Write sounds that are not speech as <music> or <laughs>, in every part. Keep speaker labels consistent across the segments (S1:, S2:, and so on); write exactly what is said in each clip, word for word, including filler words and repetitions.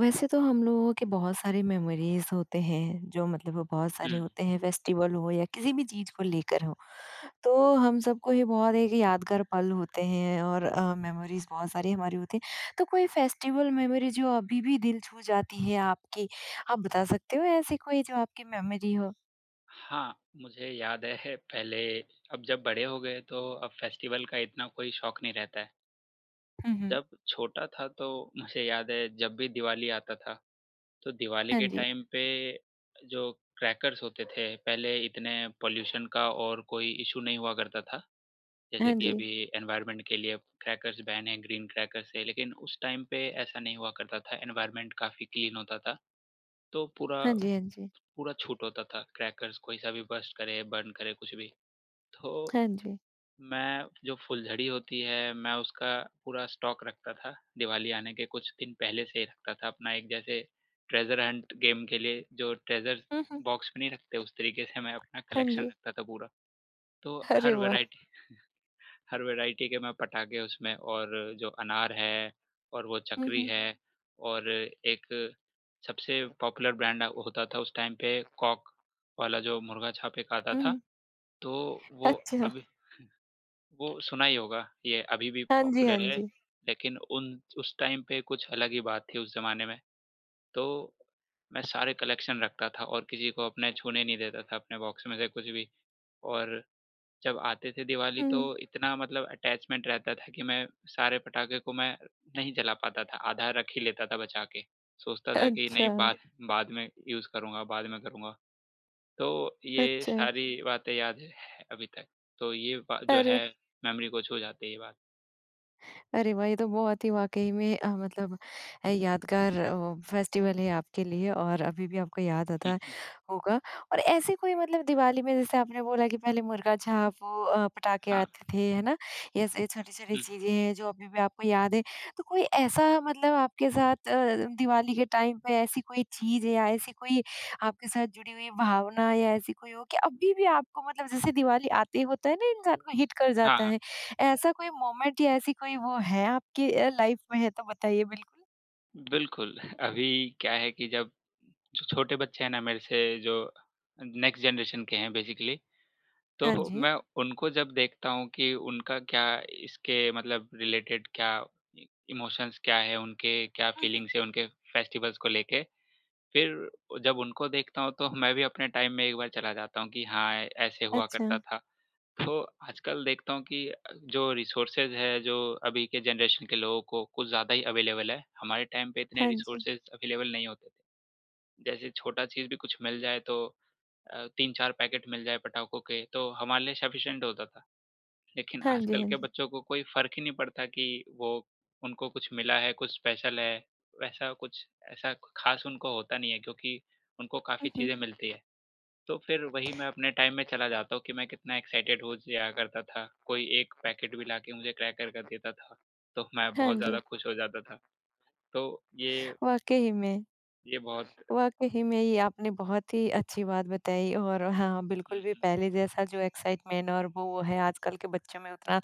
S1: वैसे तो हम लोगों के बहुत सारे मेमोरीज होते हैं जो मतलब वो बहुत
S2: हुँ।
S1: सारे होते हैं फेस्टिवल हो या किसी भी चीज को लेकर हो तो हम सबको ही बहुत एक यादगार पल होते हैं और मेमोरीज बहुत सारी हमारी होती हैं तो कोई फेस्टिवल मेमोरी जो अभी भी दिल छू जाती है आपकी आप बता सकते हो ऐसी कोई जो आपकी मेमोरी हो।
S2: हाँ, मुझे याद है पहले अब जब बड़े हो गए तो अब फेस्टिवल का इतना कोई शौक नहीं रहता है।
S1: हम्म हम्म,
S2: जब छोटा था तो मुझे याद है जब भी दिवाली आता था, तो दिवाली
S1: हाँ
S2: के
S1: जी
S2: टाइम पे जो क्रैकर्स होते थे, पहले इतने पॉल्यूशन का और कोई इश्यू नहीं हुआ करता था। जैसे
S1: हाँ
S2: कि
S1: जी
S2: अभी एनवायरनमेंट के लिए क्रैकर्स बैन है, ग्रीन क्रैकर्स है, लेकिन उस टाइम पे ऐसा नहीं हुआ करता था, एनवायरनमेंट काफ़ी क्लीन होता था। तो पूरा
S1: हाँ जी हाँ जी
S2: पूरा छूट होता था क्रैकर्स कोई सा भी बर्स्ट करे, बर्न करे कुछ भी। तो
S1: हाँ जी
S2: मैं जो फुलझड़ी होती है मैं उसका पूरा स्टॉक रखता था, दिवाली आने के कुछ दिन पहले से ही रखता था अपना एक जैसे ट्रेज़र हंट गेम के लिए जो ट्रेज़र
S1: हम्म हम्म,
S2: बॉक्स में नहीं रखते उस तरीके से मैं अपना
S1: हाँ
S2: कलेक्शन
S1: जी
S2: रखता था पूरा। तो
S1: अरे
S2: हर
S1: वाह
S2: वैरायटी हर वैरायटी के मैं पटाखे उसमें और जो अनार है और वो चकरी
S1: हम्म
S2: है और एक सबसे पॉपुलर ब्रांड अ, होता था उस टाइम पे कॉक वाला जो मुर्गा छापे का आता
S1: हम्म
S2: था।
S1: हम्म,
S2: तो वो
S1: अच्छा
S2: अभी वो सुना ही होगा, ये अभी भी
S1: हाँ जी हाँ
S2: पॉपुलर है,
S1: जी
S2: लेकिन उन उस टाइम पे कुछ अलग ही बात थी उस ज़माने में। तो मैं सारे कलेक्शन रखता था और किसी को अपने छूने नहीं देता था अपने बॉक्स में से कुछ भी और जब आते थे दिवाली तो
S1: हम्म
S2: इतना मतलब अटैचमेंट रहता था कि मैं सारे पटाखे को मैं नहीं जला पाता था, आधा रख ही लेता था बचा के। सोचता था कि नहीं
S1: अच्छा
S2: बाद बाद में यूज़ करूँगा, बाद में करूँगा। तो ये
S1: अच्छा।
S2: सारी बातें याद है अभी तक। तो ये बा जो
S1: अरे!
S2: है मेमोरी को छू जाती है ये बात।
S1: अरे वाह! ये तो बहुत ही वाक़ई में अ, मतलब अ, यादगार अ, फेस्टिवल है आपके लिए और अभी भी आपको याद
S2: <laughs> हुँ,
S1: आता
S2: हुँ।
S1: होगा। और ऐसे कोई मतलब दिवाली में जैसे आपने बोला कि पहले मुर्गा छाप वो अ, पटाखे
S2: हाँ।
S1: आते थे, है ना? ये ऐसे छोटी-छोटी
S2: हुँ।
S1: चीज़ें हैं जो अभी भी आपको याद है। तो कोई ऐसा मतलब आपके साथ अ, दिवाली के टाइम पे ऐसी कोई चीज़ या ऐसी कोई आपके साथ जुड़ी हुई भावना या ऐसी कोई हो कि अभी भी आपको मतलब जैसे दिवाली आते ही होता है ना इंसान को हिट कर
S2: हाँ,
S1: जाता है।
S2: हाँ।
S1: ऐसा कोई मोमेंट या ऐसी कोई वो है आपकी अ, लाइफ में है तो बताइए बिल्कुल?
S2: बिल्कुल, अभी क्या है कि जब जो छोटे बच्चे हैं ना मेरे से जो नेक्स्ट जनरेशन के हैं बेसिकली
S1: हाँ
S2: तो
S1: जी।
S2: मैं उनको जब देखता हूँ कि उनका क्या इसके मतलब रिलेटेड क्या इमोशंस क्या है, उनके क्या
S1: हुँ, हुँ।
S2: फीलिंग्स है उनके फेस्टिवल्स को लेके, फिर जब उनको देखता हूँ तो मैं भी अपने टाइम में एक बार चला जाता हूँ कि हाँ, ऐसे हुआ
S1: अच्छा,
S2: करता था। तो आजकल देखता हूँ कि जो रिसोर्सेज़ है, जो अभी के जनरेशन के लोगों को कुछ ज़्यादा ही अवेलेबल है, हमारे टाइम पे इतने
S1: हाँ जी।
S2: रिसोर्सेज़ अवेलेबल नहीं होते थे। जैसे छोटा चीज़ भी कुछ मिल जाए तो अ, तीन चार पैकेट मिल जाए पटाखों के, तो हमारे लिए सफिशिएंट होता था। लेकिन
S1: हाँ जी,
S2: आजकल
S1: हाँ
S2: के
S1: जी।
S2: बच्चों को कोई फ़र्क ही नहीं पड़ता कि वो उनको कुछ मिला है, कुछ स्पेशल है, वैसा कुछ ऐसा ख़ास उनको होता नहीं है क्योंकि उनको काफ़ी
S1: हुँ, हुँ।
S2: चीज़ें मिलती है। तो फिर वही मैं अपने टाइम में चला जाता हूँ कि मैं कितना एक्साइटेड हो जाया करता था, कोई एक पैकेट भी लाके मुझे क्रैकर का देता था, तो मैं
S1: हाँ
S2: बहुत
S1: जी,
S2: ज़्यादा खुश हो जाता था। तो ये
S1: वाक़ई में।
S2: ये बहुत
S1: वाक़ई में ये आपने बहुत ही अच्छी बात बताई और हाँ,
S2: हुँ,
S1: बिल्कुल भी
S2: हुँ।
S1: पहले जैसा जो एक्साइटमेंट और वो वो है आजकल के बच्चों में उतना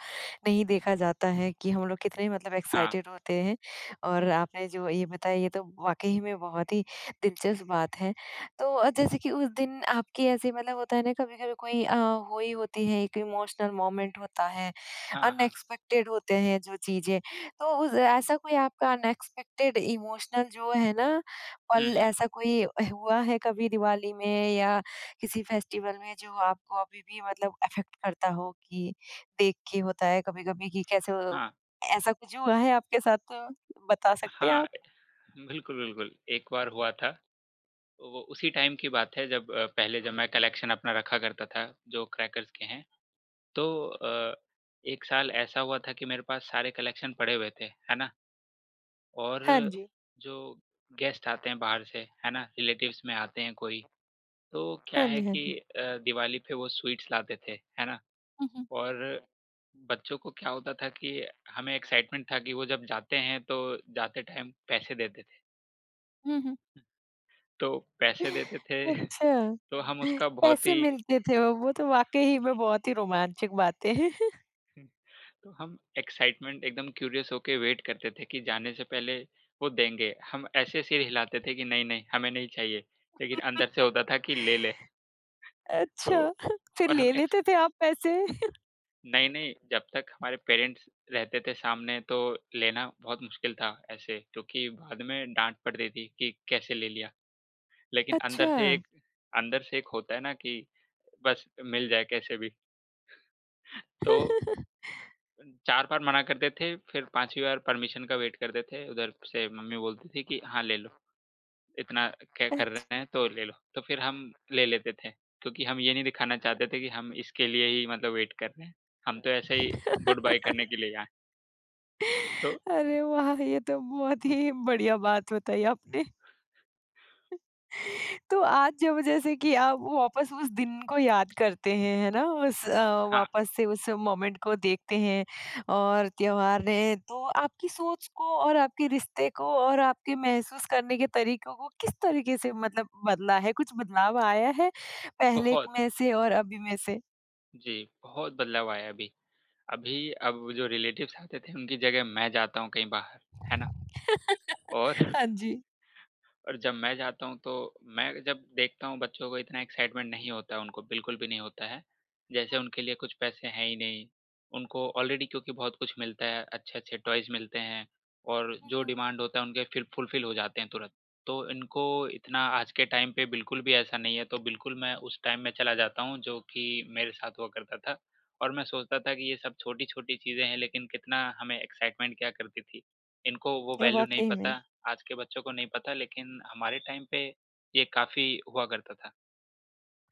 S1: नहीं देखा जाता है कि हम लोग कितने मतलब
S2: हाँ,
S1: एक्साइटेड होते हैं और आपने जो ये बताया ये तो वाक़ई में बहुत ही दिलचस्प बात है। तो जैसे कि उस दिन आपकी ऐसे मतलब होता है ना कभी-कभी कोई अ, हुई होती है एक इमोशनल मोमेंट होता है,
S2: हाँ, हाँ।
S1: अनएक्सपेक्टेड होते हैं जो चीज़ें, तो उस ऐसा कोई आपका अनएक्सपेक्टेड इमोशनल जो है ना
S2: हुँ,
S1: पल
S2: हुँ।
S1: ऐसा कोई हुआ है कभी दिवाली में या किसी फेस्टिवल में जो आपको अभी भी मतलब अफ़ेक्ट करता हो कि देख के होता है कभी-कभी कि कैसे अ,
S2: हाँ,
S1: ऐसा कुछ हुआ है आपके साथ तो बता सकते हैं
S2: हाँ।
S1: आप?
S2: बिल्कुल, बिल्कुल। एक बार हुआ था वो उसी टाइम की बात है जब अ, पहले जब मैं कलेक्शन अपना रखा करता था जो क्रैकर्स के हैं। तो अ, एक साल ऐसा हुआ था कि मेरे पास सारे कलेक्शन पड़े हुए थे, है ना? और
S1: हाँ जी।
S2: जो गेस्ट आते हैं बाहर से, है ना? रिलेटिव्स में आते हैं कोई, तो क्या
S1: हाँ
S2: है
S1: जी, हाँ
S2: कि
S1: जी।
S2: अ, दिवाली पे वो स्वीट्स लाते थे, है ना?
S1: हुँ, हुँ।
S2: और बच्चों को क्या होता था कि हमें एक्साइटमेंट था कि वो जब जाते हैं तो जाते टाइम पैसे देते थे।
S1: हुँ, हुँ।
S2: तो पैसे देते थे
S1: अच्छा।
S2: <laughs> तो हम उसका बहुत
S1: पैसे
S2: ही
S1: मिलते थे वो, वो तो वाक़ई ही में
S2: <laughs>
S1: बहुत ही रोमांचक बातें हैं।
S2: हुँ। तो हम एक्साइटमेंट एकदम क्यूरियस होके वेट करते थे कि जाने से पहले वो देंगे। हम ऐसे सिर हिलाते थे कि नहीं-नहीं हमें नहीं चाहिए, लेकिन अंदर से होता
S1: <laughs>
S2: था कि ले ले। तो
S1: अच्छा, फिर
S2: और हम
S1: ले
S2: एक्स
S1: लेते थे आप पैसे?
S2: नहीं-नहीं जब तक हमारे पेरेंट्स रहते थे सामने तो लेना बहुत मुश्किल था ऐसे, क्योंकि बाद में डाँट पड़ती थी कि कैसे ले लिया। लेकिन अंदर
S1: अच्छा।
S2: से एक अंदर से एक होता है ना कि बस मिल जाए कैसे भी। तो
S1: <laughs>
S2: चार बार मना करते थे, फिर पाँचवीं बार परमिशन का वेट करते थे, उधर से मम्मी बोलती थी कि हाँ, ले लो, इतना क कर रहे
S1: अच्छा।
S2: हैं तो ले लो। तो फिर हम ले लेते थे, क्योंकि हम ये नहीं दिखाना चाहते थे कि हम इसके लिए ही मतलब वेट कर रहे हैं, हम तो ऐसे ही गुड बाय करने
S1: <laughs>
S2: के लिए आए हैं। तो
S1: अरे वाह! ये तो बहुत ही बढ़िया बात बताई आपने। तो आज जब जैसे कि आप वापस उस दिन को याद करते हैं, है ना? उस अ,
S2: हाँ,
S1: वापस से उस मोमेंट को देखते हैं और त्योहार ने तो आपकी सोच को और आपके रिश्ते को और आपके महसूस करने के तरीकों को किस तरीके से मतलब बदला है? कुछ बदलाव आया है पहले
S2: बहुत
S1: में से और अभी में से?
S2: जी, बहुत बदलाव आया है अभी। अभी अब जो रिलेटिव्स आते थे, उनकी जगह मैं जाता हूँ कहीं बाहर, है ना?
S1: <laughs>
S2: और
S1: हाँ जी।
S2: और जब मैं जाता हूँ, तो मैं जब देखता हूँ बच्चों को इतना एक्साइटमेंट नहीं होता है उनको, बिल्कुल भी नहीं होता है। जैसे उनके लिए कुछ पैसे हैं ही नहीं। उनको ऑलरेडी क्योंकि बहुत कुछ मिलता है, अच्छे-अच्छे टॉयज़ मिलते हैं और
S1: हुँ,
S2: जो
S1: हुँ।
S2: डिमांड होता है उनके फिर फुलफ़िल हो जाते हैं तुरंत। तो इनको इतना आज के टाइम पे बिल्कुल भी ऐसा नहीं है, तो बिल्कुल मैं उस टाइम में चला जाता हूँ जो कि मेरे साथ हुआ करता था और मैं सोचता था कि ये सब छोटी-छोटी चीज़ें हैं, लेकिन कितना हमें एक्साइटमेंट क्या करती थी। इनको वो वैल्यू नहीं
S1: वाक़ई
S2: पता
S1: में।
S2: आज के बच्चों को नहीं पता लेकिन हमारे टाइम पे ये काफ़ी हुआ करता था।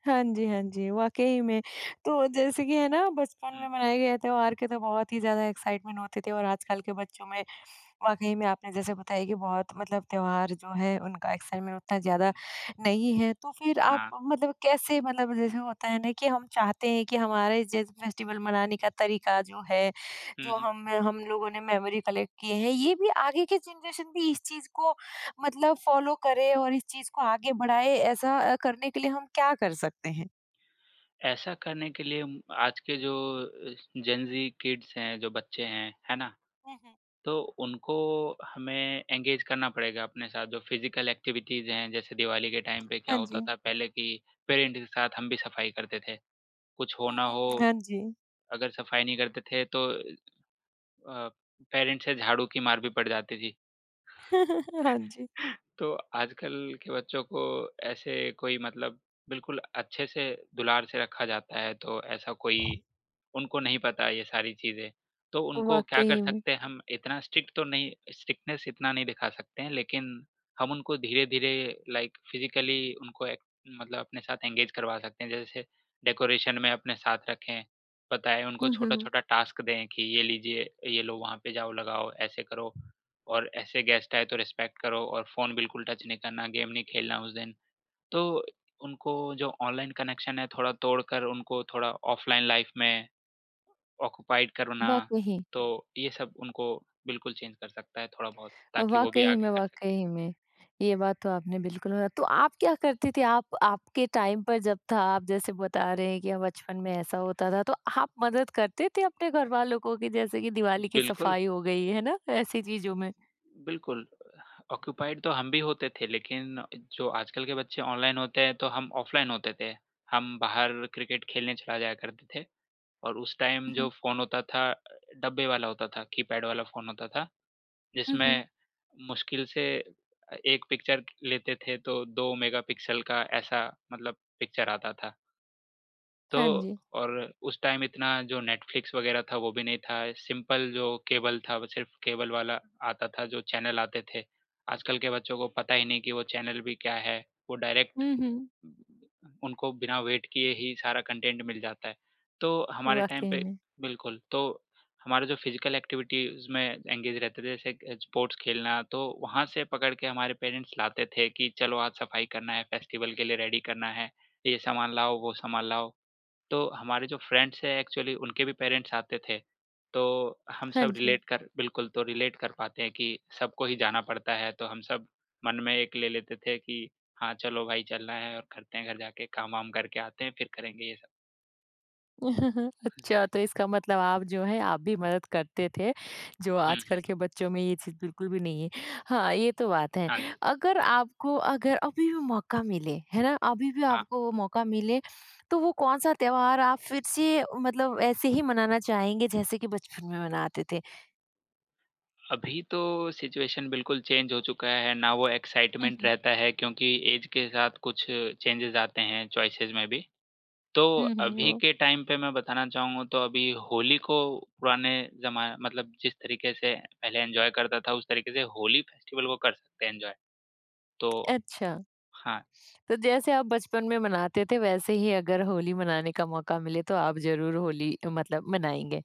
S1: हाँ जी, हाँ जी, वाक़ई में। तो जैसे कि है ना बचपन
S2: हुँ,
S1: में मनाए गए त्योहार के तो बहुत ही ज़्यादा एक्साइटमेंट होती थी और आजकल के बच्चों में वाक़ई में आपने जैसे बताया कि बहुत मतलब त्योहार जो है उनका एक्साइटमेंट उतना
S2: हुँ,
S1: ज़्यादा नहीं है। तो फिर आप
S2: हाँ।
S1: मतलब कैसे मतलब जैसे होता है ना कि हम चाहते हैं कि हमारे जिस फेस्टिवल मनाने का तरीका जो है,
S2: हुँ,
S1: जो
S2: हुँ।
S1: हम हम लोगों ने मेमोरी कलेक्ट किए हैं, ये भी आगे की जनरेशन भी इस चीज़ को मतलब फ़ॉलो करें और इस चीज़ को आगे बढ़ाएँ, ऐसा अ, करने के लिए हम क्या कर सकते हैं?
S2: ऐसा करने के लिए उम, आज के जो अ, जेन ज़ी किड्स हैं, जो बच्चे हैं, है ना?
S1: हुँ, हुँ।
S2: तो उनको हमें एंगेज करना पड़ेगा अपने साथ जो फिज़िकल एक्टिविटीज़ हैं, जैसे दिवाली के टाइम पे क्या
S1: हाँ
S2: होता
S1: जी।
S2: था पहले कि पेरेंट्स के साथ हम भी सफाई करते थे। कुछ
S1: हुँ,
S2: होना हो ना
S1: हुँ, हुँ।
S2: हो,
S1: हाँ जी।
S2: अगर सफाई नहीं करते थे तो अ, पेरेंट्स से झाड़ू की मार भी पड़ जाती थी।
S1: <laughs> हाँ जी।
S2: तो आजकल के बच्चों को ऐसे कोई मतलब बिल्कुल अच्छे से दुलार से रखा जाता है, तो ऐसा कोई उनको नहीं पता ये सारी चीज़ें, तो उनको क्या कर
S1: वाक़ई में।
S2: सकते हैं हम इतना स्ट्रिक्ट तो नहीं स्ट्रिक्टनेस इतना नहीं दिखा सकते हैं, लेकिन हम उनको धीरे-धीरे लाइक फिज़िकली उनको एक मतलब अपने साथ एंगेज करवा सकते हैं। जैसे डेकोरेशन में अपने साथ रखें, बताएँ, उनको
S1: हुँ, हुँ, हुँ।
S2: छोटा-छोटा टास्क दें कि ये लीजिए, ये लो वहाँ पे जाओ लगाओ, ऐसे करो। और ऐसे गेस्ट आए तो रिस्पेक्ट करो और फ़ोन बिल्कुल टच नहीं करना, गेम नहीं खेलना उस दिन। तो उनको जो ऑनलाइन कनेक्शन है थोड़ा तोड़कर उनको थोड़ा ऑफ़लाइन लाइफ़ में ऑक्यूपाइड करना,
S1: वाक़ई,
S2: तो ये सब उनको बिल्कुल चेंज कर सकता है थोड़ा-बहुत ताकि वो भी
S1: वाक़ई
S2: आगे
S1: में,
S2: कर सकें।
S1: वाक़ई में। ये बात तो आपने बिल्कुल बोला। तो आप क्या करती थी? आप आपके टाइम पर जब था, आप जैसे बता रहे हैं कि बचपन में ऐसा होता था, तो आप मदद करते थे अपने घर वालों को कि जैसे कि दिवाली की
S2: बिल्कुल,
S1: सफाई हो गई, है ना? ऐसी चीज़ों में?
S2: बिल्कुल। ऑक्यूपाइड तो हम भी होते थे लेकिन जो आजकल के बच्चे ऑनलाइन होते हैं तो हम ऑफ़लाइन होते थे। हम बाहर क्रिकेट खेलने चला जाया करते थे। और उस टाइम
S1: हुँ,
S2: जो
S1: हुँ।
S2: फ़ोन होता था डब्बे वाला होता था, कीपैड वाला फ़ोन होता था,
S1: हुँ, हुँ।
S2: जिसमें मुश्किल से अ, एक पिक्चर लेते थे तो दो मेगापिक्सल का ऐसा मतलब पिक्चर आता था। तो
S1: हाँ जी।
S2: और उस टाइम इतना जो नेटफ्लिक्स वग़ैरह था वो भी नहीं था, सिंपल जो केबल था वो सिर्फ़ केबल वाला आता था जो चैनल आते थे। आजकल के बच्चों को पता ही नहीं कि वो चैनल भी क्या है? वो डायरेक्ट
S1: हुँ, हुँ।
S2: उनको बिना वेट किए ही सारा कंटेंट मिल जाता है। तो हमारे टाइम
S1: वाक़ई
S2: पे
S1: में।
S2: बिल्कुल, तो हमारा जो फिज़िकल एक्टिविटीज़ में एंगेज रहते थे, जैसे क स्पोर्ट्स खेलना, तो वहाँ से पकड़ के हमारे पेरेंट्स लाते थे कि चलो आज सफाई करना है, फेस्टिवल के लिए रेडी करना है, ये सामान लाओ, वो सामान लाओ। तो हमारे जो फ्रेंड्स हैं एक्चुअली उनके भी पेरेंट्स आते थे, तो हम
S1: हाँ
S2: सब
S1: जी।
S2: रिलेट कर बिल्कुल, तो रिलेट कर पाते हैं कि सबको ही जाना पड़ता है, तो हम सब मन में एक ले लेते थे कि हाँ, चलो भाई चलना है और करते हैं घर जाके काम-वाम करके आते हैं, फिर करेंगे ये सब।
S1: <laughs> अच्छा, तो इसका मतलब आप जो है, आप भी मदद करते थे, जो
S2: हुँ, हुँ।
S1: आजकल के बच्चों में ये चीज़ बिल्कुल भी नहीं है। हाँ, ये तो बात है।
S2: हाँ जी।
S1: अगर आपको अगर अभी भी मौका मिले, है ना? अभी भी
S2: हाँ,
S1: आपको वो मौका मिले, तो वो कौन-सा त्योहार आप फिर से मतलब ऐसे ही मनाना चाहेंगे, जैसे कि बचपन में मनाते थे?
S2: अभी तो सिचुएशन बिल्कुल चेंज हो चुका है, ना वो
S1: हुँ,
S2: एक्साइटमेंट
S1: हुँ।
S2: रहता है क्योंकि ऐज के साथ कुछ चेंजेज़ आते हैं चॉइसेस में भी। तो
S1: हुँ, हुँ,
S2: अभी
S1: वो
S2: के टाइम पे मैं बताना चाहूँगा तो अभी होली को पुराने जमा मतलब जिस तरीके से पहले एन्जॉय करता था उस तरीके से होली फेस्टिवल को कर सकते हैं एन्जॉय। तो
S1: अच्छा,
S2: हाँ,
S1: तो जैसे आप बचपन में मनाते थे, वैसे ही अगर होली मनाने का मौका मिले, तो आप ज़रूर होली मतलब मनाएँगे।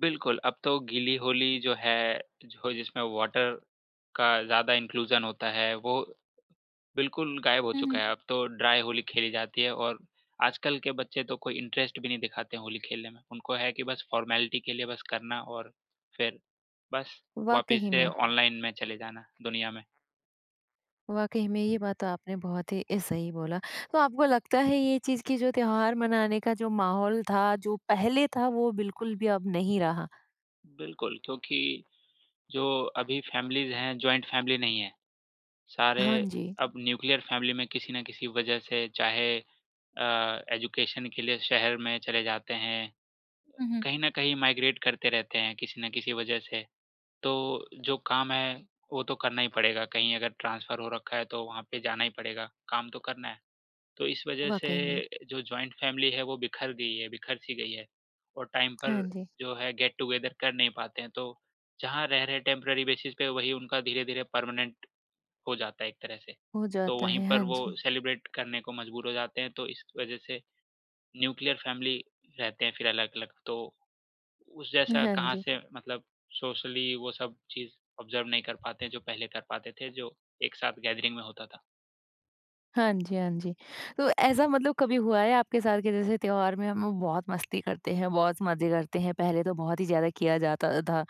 S2: बिल्कुल अब तो गीली होली जो है, जो जिसमें वाटर का ज़्यादा इंक्लूज़न होता है वो बिल्कुल गायब हो
S1: हुँ,
S2: चुका
S1: हुँ।
S2: है, अब तो ड्राई होली खेली जाती है और आजकल के बच्चे तो कोई इंटरेस्ट भी नहीं दिखाते हैं होली खेलने में। उनको है कि बस फ़ॉर्मेलिटी के लिए बस करना और फिर बस वापस
S1: वाक़ई
S2: से
S1: में।
S2: हाँ। ऑनलाइन में चले जाना दुनिया में।
S1: वाक़ई में ये बात तो आपने बहुत ही ए, सही बोला। तो आपको लगता है ये चीज़ कि जो त्योहार मनाने का जो माहौल था, जो पहले था वो बिल्कुल भी अब नहीं रहा?
S2: बिल्कुल, क्योंकि जो अभी फ़ैमिलीज़ हैं, जॉइंट फ़ैमिली नहीं है। सारे
S1: हाँ जी।
S2: अब न्यूक्लियर फ़ैमिली में किसी न किसी वजह से चाहे अ, एजुकेशन के लिए शहर में चले जाते हैं,
S1: हुँ, हुँ।
S2: कहीं न कहीं माइग्रेट करते रहते हैं किसी न किसी वजह से। तो जो काम है, वो तो करना ही पड़ेगा, कहीं अगर ट्रांसफ़र हो रखा है तो वहाँ पे जाना ही पड़ेगा, काम तो करना है। तो इस वजह
S1: वाक़ई में।
S2: से जो जॉइंट फ़ैमिली है वो बिखर गई है बिखर-सी गई है और टाइम पर
S1: हाँ जी,
S2: जो है गेट टुगेदर कर नहीं पाते हैं, तो जहाँ रह रहे टेम्परेरी बेसिस पे वही उनका धीरे-धीरे परमानेंट हो जाता है एक तरह से।
S1: हो
S2: तो
S1: जाता
S2: वहीं
S1: है।
S2: पर
S1: हाँ
S2: वो हुँ।
S1: जी।
S2: सेलिब्रेट करने को मजबूर हो जाते हैं, तो इस वजह से न्यूक्लियर फ़ैमिली रहते हैं फिर अलग-अलग तो उस जैसा
S1: हाँ
S2: कहाँ
S1: जी।
S2: से मतलब सोशली वो सब चीज़ ऑब्ज़र्व नहीं कर पाते हैं, जो पहले कर पाते थे, जो एक साथ गैदरिंग में होता था।
S1: हाँ जी, हाँ जी। तो ऐसा मतलब कभी हुआ है आपके साथ कि जैसे त्योहार में हम बहुत मस्ती करते हैं, बहुत मज़े करते हैं, पहले तो बहुत ही ज़्यादा किया जाता था,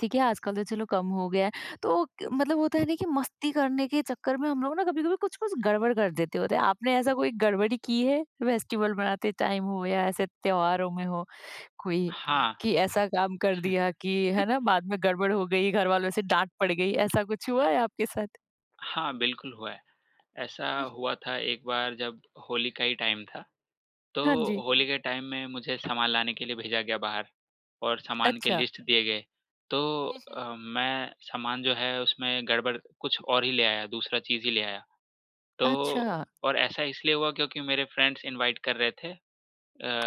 S1: ठीक है? आजकल तो चलो कम हो गया है। तो क मतलब होता है ना कि मस्ती करने के चक्कर में हम लोग ना कभी-कभी कुछ-कुछ गड़बड़ कर देते होते हैं। आपने ऐसा कोई गड़बड़ी की है, फेस्टिवल मनाते टाइम हो या ऐसे त्योहारों में हो कोई,
S2: हाँ।
S1: कि ऐसा काम कर दिया कि है ना, बाद में गड़बड़ हो गई, घर वालों से डाँट पड़ गई, ऐसा कुछ हुआ है आपके साथ?
S2: हाँ, बिल्कुल हुआ है। ऐसा
S1: <laughs> हुँ,
S2: हुआ था एक बार जब होली का ही टाइम था, तो
S1: हाँ जी।
S2: होली के टाइम में मुझे सामान लाने के लिए भेजा गया बाहर और सामान के
S1: अच्छा।
S2: लिस्ट दिए गए। तो
S1: हुँ, हुँ।
S2: अ, मैं सामान जो है उसमें गड़बड़ कुछ और ही ले आया, दूसरा चीज़ ही ले आया। तो
S1: अच्छा,
S2: और ऐसा इसलिए हुआ क्योंकि मेरे फ्रेंड्स इनवाइट कर रहे थे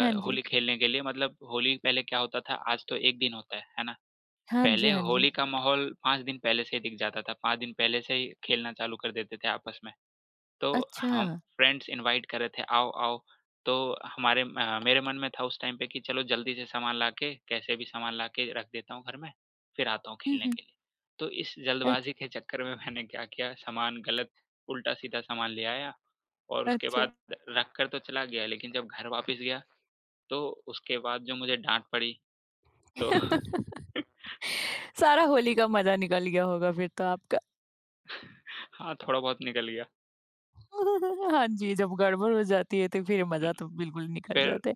S1: हाँ जी।
S2: होली खेलने के लिए मतलब होली पहले क्या होता था आज तो एक दिन होता है, है ना?
S1: हाँ जी,
S2: पहले
S1: हाँ जी।
S2: होली का माहौल पाँच दिन पहले से ही दिख जाता था, पाँच दिन पहले से ही खेलना चालू कर देते थे आपस में। तो
S1: अच्छा।
S2: हम फ्रेंड्स इनवाइट कर रहे थे आओ, आओ। तो हमारे अ, मेरे मन में था उस टाइम पे कि चलो जल्दी से सामान लाके कैसे भी सामान लाके रख देता हूँ घर में, फिर आता हूँ
S1: हुँ,
S2: खेलने
S1: हुँ।
S2: के लिए। तो इस
S1: अच्छ
S2: जल्दबाज़ी के चक्कर में <laughs> मैंने क्या किया सामान गलत उल्टा-सीधा सामान ले आया और उसके
S1: अच्छा।
S2: बाद रख कर तो चला गया लेकिन जब घर वापस गया तो उसके बाद जो मुझे डाँट पड़ी तो <laughs>
S1: <laughs> सारा होली का मज़ा निकल गया होगा फिर तो आपका।
S2: हाँ, थोड़ा बहुत निकल गया।
S1: <laughs> हाँ जी, जब गड़बड़ हो जाती है तो फिर
S2: हुँ,
S1: मज़ा तो बिल्कुल निकल
S2: फिर
S1: जाता है,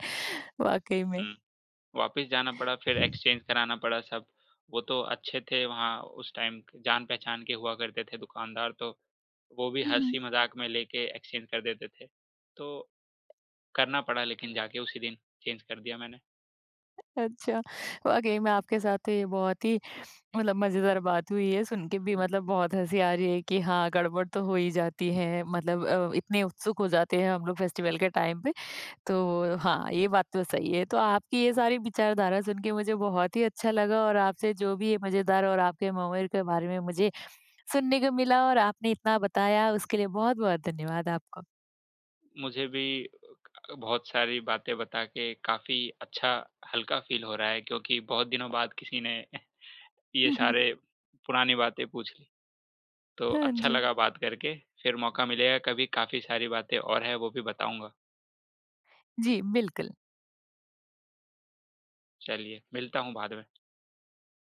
S1: वाक़ई में।
S2: हुँ, वापस जाना पड़ा, फिर एक्सचेंज कराना पड़ा सब। वो तो अच्छे थे वहाँ उस टाइम जान-पहचान के हुआ करते थे दुकानदार तो, वो भी
S1: हुँ, हुँ।
S2: हँसी-मज़ाक में लेके एक्सचेंज कर देते थे। तो करना पड़ा लेकिन जाके उसी दिन चेंज कर दिया मैंने।
S1: अच्छा, वाक़ई में आपके साथ तो ये बहुत ही मतलब मज़ेदार बात हुई है, सुन के भी
S2: हुँ,
S1: मतलब बहुत हँसी आ रही है कि हाँ, गड़बड़ तो हो ही जाती है, मतलब अ, इतने उत्सुक हो जाते हैं हम लोग फेस्टिवल के टाइम पे। तो हाँ, ये बात तो सही है। तो आपकी ये सारी विचारधारा सुन के मुझे बहुत ही अच्छा लगा और आपसे जो भी ये मज़ेदार और आपके मोमेंट के बारे में मुझे सुनने को मिला और आपने इतना बताया उसके लिए बहुत-बहुत धन्यवाद आपका।
S2: मुझे भी क बहुत सारी बातें बता के काफ़ी अच्छा हल्का फ़ील हो रहा है क्योंकि बहुत दिनों बाद किसी ने <laughs> ये सारे
S1: <laughs>
S2: पुरानी बातें पूछ ली। तो
S1: हाँ
S2: अच्छा
S1: जी।
S2: लगा बात करके, फिर मौका मिलेगा कभी काफ़ी सारी बातें और हैं, वो भी बताऊँगा।
S1: जी, बिल्कुल।
S2: चलिए, मिलता हूँ बाद में।